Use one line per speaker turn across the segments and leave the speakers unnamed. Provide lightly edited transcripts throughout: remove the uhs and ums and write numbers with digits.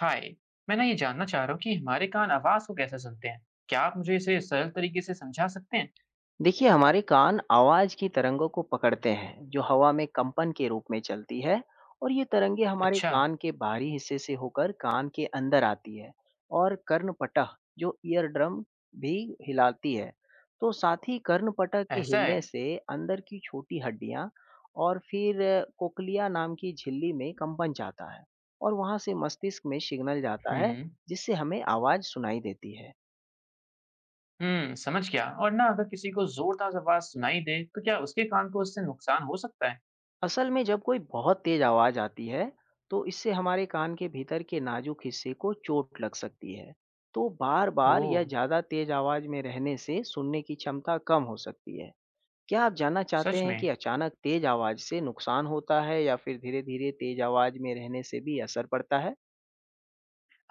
हाय, मैं ना ये जानना चाह रहा हूँ कि हमारे कान आवाज़ को कैसे सुनते हैं? क्या आप मुझे इसे सरल तरीके से समझा सकते हैं?
देखिए, हमारे कान आवाज़ की तरंगों को पकड़ते हैं, जो हवा में कंपन के रूप में चलती है। और ये तरंगे हमारे
अच्छा,
कान के बाहरी हिस्से से होकर कान के अंदर आती है और कर्णपटह जो ईयर ड्रम भी हिलाती है। तो साथ ही कर्णपटह के
ऐसा
हिलने
है।
से अंदर की छोटी हड्डियाँ और फिर कोक्लिया नाम की झिल्ली में कंपन जाता है और वहाँ से मस्तिष्क में सिग्नल जाता है,
हुँ,
जिससे हमें आवाज़ सुनाई देती है।
हुँ, समझ गया। और ना अगर किसी को ज़ोरदार आवाज़ सुनाई दे, तो क्या उसके कान को इससे नुकसान हो सकता है?
असल में जब कोई बहुत तेज आवाज आती है, तो इससे हमारे कान के भीतर के नाजुक हिस्से को चोट लग सकती है। तो बार बार
ओह!
या ज्यादा तेज आवाज में रहने से सुनने की क्षमता कम हो सकती है। क्या आप जानना चाहते
सच
हैं
में?
कि अचानक तेज आवाज से नुकसान होता है या फिर धीरे धीरे तेज आवाज में रहने से भी असर पड़ता है?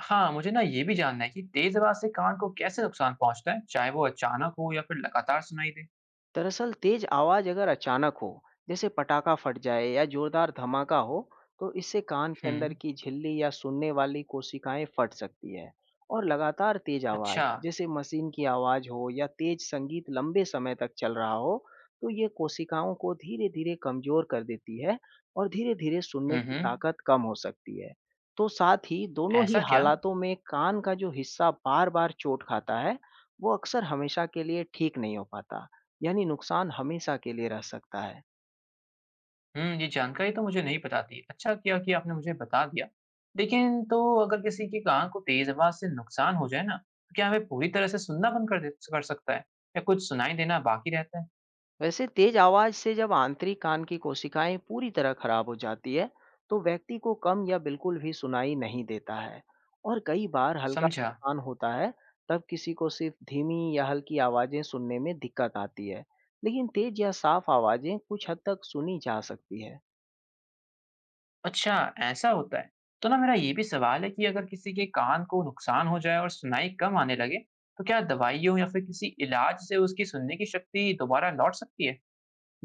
हाँ, मुझे ना ये भी जानना है कि तेज़ आवाज़ से कान को कैसे नुकसान पहुँचता है, चाहे वो अचानक हो या फिर लगातार सुनाई दे?
दरअसल तेज आवाज अगर अचानक हो, जैसे पटाखा फट जाए या जोरदार धमाका हो, तो इससे कान के
हुँ,
अंदर की झिल्ली या सुनने वाली कोशिकाएं फट सकती है। और लगातार तेज आवाज,
अच्छा।
जैसे मशीन की आवाज हो या तेज संगीत लंबे समय तक चल रहा हो, तो ये कोशिकाओं को धीरे धीरे कमजोर कर देती है और धीरे धीरे सुनने
हुँ,
की
हुँ,
ताकत कम हो सकती है। तो साथ ही दोनों ही
ऐसा क्या?
हालातों में कान का जो हिस्सा बार बार चोट खाता है, वो अक्सर हमेशा के लिए ठीक नहीं हो पाता। यानी नुकसान हमेशा के लिए रह सकता है।
हुँ, ये जानकारी तो मुझे नहीं पता थी। अच्छा किया कि आपने मुझे बता दिया। लेकिन तो अगर किसी की कान को तेज़ आवाज़ से नुकसान हो जाए ना, तो क्या वह पूरी तरह से सुनना बंद कर दे कर सकता है या कुछ सुनाई देना बाकी रहता है?
वैसे तेज आवाज से जब आंतरिक कान की कोशिकाएं पूरी तरह खराब हो जाती है, तो व्यक्ति को कम या बिल्कुल भी सुनाई नहीं देता है। और कई बार हल्का
समझा।
नुकसान होता है, तब किसी को सिर्फ धीमी या हल्की आवाजें सुनने में दिक्कत आती है। लेकिन तेज या साफ आवाजें कुछ हद तक सुनी जा सकती है।
अच्छा, ऐसा होता है। तो ना मेरा ये भी सवाल है कि अगर किसी के कान को नुकसान हो जाए और सुनाई कम आने लगे, तो क्या दवाइयों या फिर किसी इलाज से उसकी सुनने की शक्ति दोबारा लौट सकती है?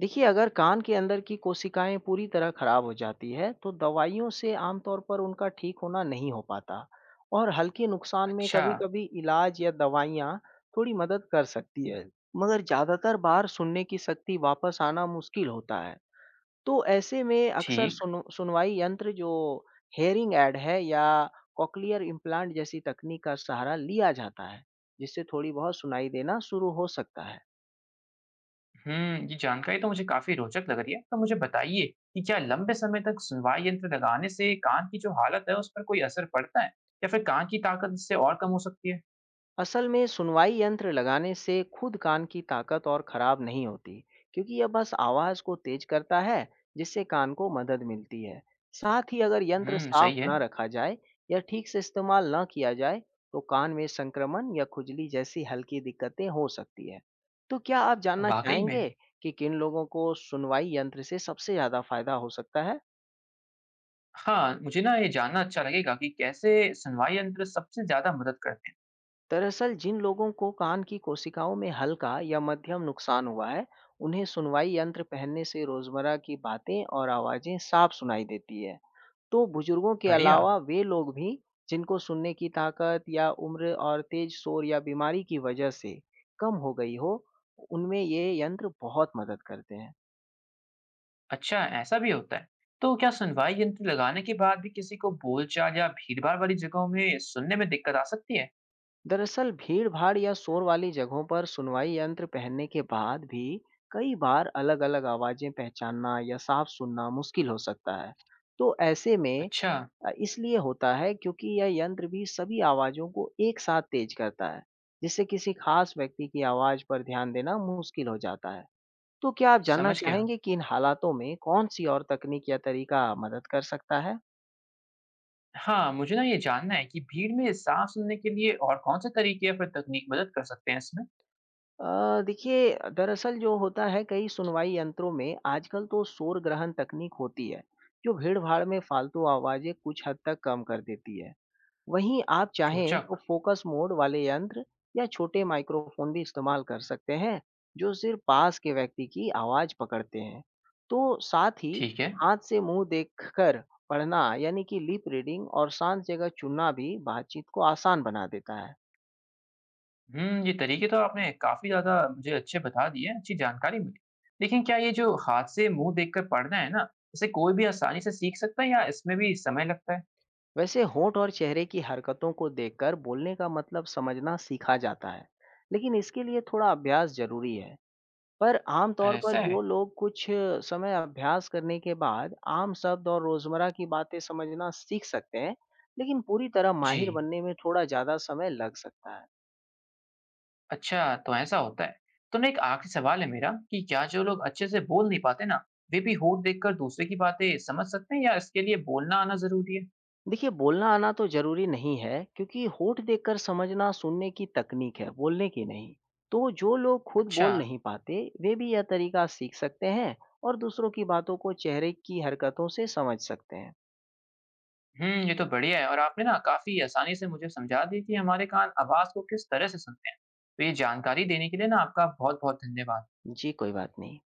देखिए, अगर कान के अंदर की कोशिकाएँ पूरी तरह खराब हो जाती है, तो दवाइयों से आमतौर पर उनका ठीक होना नहीं हो पाता। और हल्के नुकसान में
अच्छा,
कभी-कभी इलाज या दवाइयाँ थोड़ी मदद कर सकती है, मगर ज़्यादातर बार सुनने की शक्ति वापस आना मुश्किल होता है। तो ऐसे में अक्सर
ठीक।
सुनु सुनवाई यंत्र, जो हियरिंग ऐड है, या कॉक्लियर इम्प्लांट जैसी तकनीक का सहारा लिया जाता है, जिससे थोड़ी बहुत सुनाई देना शुरू हो सकता है।
ये जानकारी तो मुझे काफी रोचक लग रही है। तो मुझे बताइए कि क्या लंबे समय तक सुनवाई यंत्र लगाने से कान की जो हालत है, उस पर कोई असर पड़ता है? या फिर कान की ताकत इससे और कम हो सकती है?
असल में सुनवाई यंत्र लगाने से खुद कान की ताकत और खराब नहीं होती, क्योंकि यह बस आवाज को तेज करता है, जिससे कान को मदद मिलती है। साथ ही अगर यंत्र साफ
सही है।
न रखा जाए या ठीक से इस्तेमाल न किया जाए, तो कान में संक्रमण या खुजली जैसी हल्की दिक्कतें हो सकती है। तो क्या आप जानना
वाकई में।
चाहेंगे कि किन लोगों को सुनवाई यंत्र से सबसे ज्यादा फायदा हो सकता है?
हाँ, मुझे ना ये जानना अच्छा लगेगा कि कैसे सुनवाई यंत्र सबसे ज्यादा मदद करते हैं।
दरअसल जिन लोगों को कान की कोशिकाओं में हल्का या मध्यम नुकसान हुआ है, उन्हें सुनवाई यंत्र पहनने से रोजमर्रा की बातें और आवाजें साफ सुनाई देती है। तो बुजुर्गों के
बढ़िया।
अलावा वे लोग भी, जिनको सुनने की ताकत या उम्र और तेज शोर या बीमारी की वजह से कम हो गई हो, उनमें ये यंत्र बहुत मदद करते हैं।
अच्छा, ऐसा भी होता है। तो क्या सुनवाई यंत्र लगाने के बाद भी किसी को बोलचाल या भीड़भाड़ वाली जगहों में सुनने में दिक्कत आ सकती है?
दरअसल भीड़ भाड़ या शोर वाली जगहों पर सुनवाई यंत्र पहनने के बाद भी कई बार अलग अलग आवाजें पहचानना या साफ सुनना मुश्किल हो सकता है। तो ऐसे में
अच्छा,
इसलिए होता है, क्योंकि यह यंत्र भी सभी आवाजों को एक साथ तेज करता है, जिससे किसी खास व्यक्ति की आवाज पर ध्यान देना मुश्किल हो जाता है। तो क्या आप जानना
समझ गया।
चाहेंगे कि इन हालातों में कौन सी और तकनीक या तरीका मदद कर सकता है?
हाँ, मुझे ना ये जानना है कि भीड़ में साँस सुनने के लिए और कौन-से तरीके या फिर तकनीक मदद कर सकते हैं इसमें?
देखिए, दरअसल जो होता है, कई सुनवाई यंत्रों में आजकल तो शोर ग्रहण तकनीक होती है, जो भीड़ भाड़ में फालतू आवाजें कुछ हद तक कम कर देती है। वहीं आप चाहें
रोचक,
तो फोकस मोड वाले यंत्र या छोटे माइक्रोफोन भी इस्तेमाल कर सकते हैं, जो सिर्फ पास के व्यक्ति की आवाज पकड़ते हैं। तो साथ ही
ठीक है।
हाथ से मुंह देखकर पढ़ना, यानी कि लिप रीडिंग, और शांत जगह चुनना भी बातचीत को आसान बना देता है।
हुँ, ये तरीके तो आपने काफ़ी ज़्यादा मुझे अच्छे बता दिए, अच्छी जानकारी मिली। लेकिन क्या ये जो हाथ से मुँह देखकर पढ़ना है ना, इसे कोई भी आसानी से सीख सकता है या इसमें भी समय लगता है?
वैसे होंठ और चेहरे की हरकतों को देखकर बोलने का मतलब समझना सीखा जाता है, लेकिन इसके लिए थोड़ा अभ्यास जरूरी है। पर आमतौर पर
ऐसा
जो
है?
लोग कुछ समय अभ्यास करने के बाद आम शब्द और रोजमर्रा की बातें समझना सीख सकते हैं, लेकिन पूरी तरह
जी।
माहिर बनने में थोड़ा ज्यादा समय लग सकता है।
अच्छा, तो ऐसा होता है। तो ना एक आख़िरी सवाल है मेरा कि क्या जो लोग अच्छे से बोल नहीं पाते ना, वे भी होंठ देखकर दूसरे की बातें समझ सकते हैं या इसके लिए बोलना आना ज़रूरी है?
देखिए, बोलना आना तो जरूरी नहीं है, क्योंकि होठ देखकर समझना सुनने की तकनीक है, बोलने की नहीं। तो जो लोग खुद
अच्छा।
बोल नहीं पाते, वे भी यह तरीका सीख सकते हैं और दूसरों की बातों को चेहरे की हरकतों से समझ सकते हैं।
हुँ, ये तो बढ़िया है और आपने ना काफ़ी आसानी से मुझे समझा दी कि हमारे कान आवाज़ को किस तरह से सुनते हैं। तो ये जानकारी देने के लिए ना आपका बहुत-बहुत धन्यवाद।
जी, कोई बात नहीं।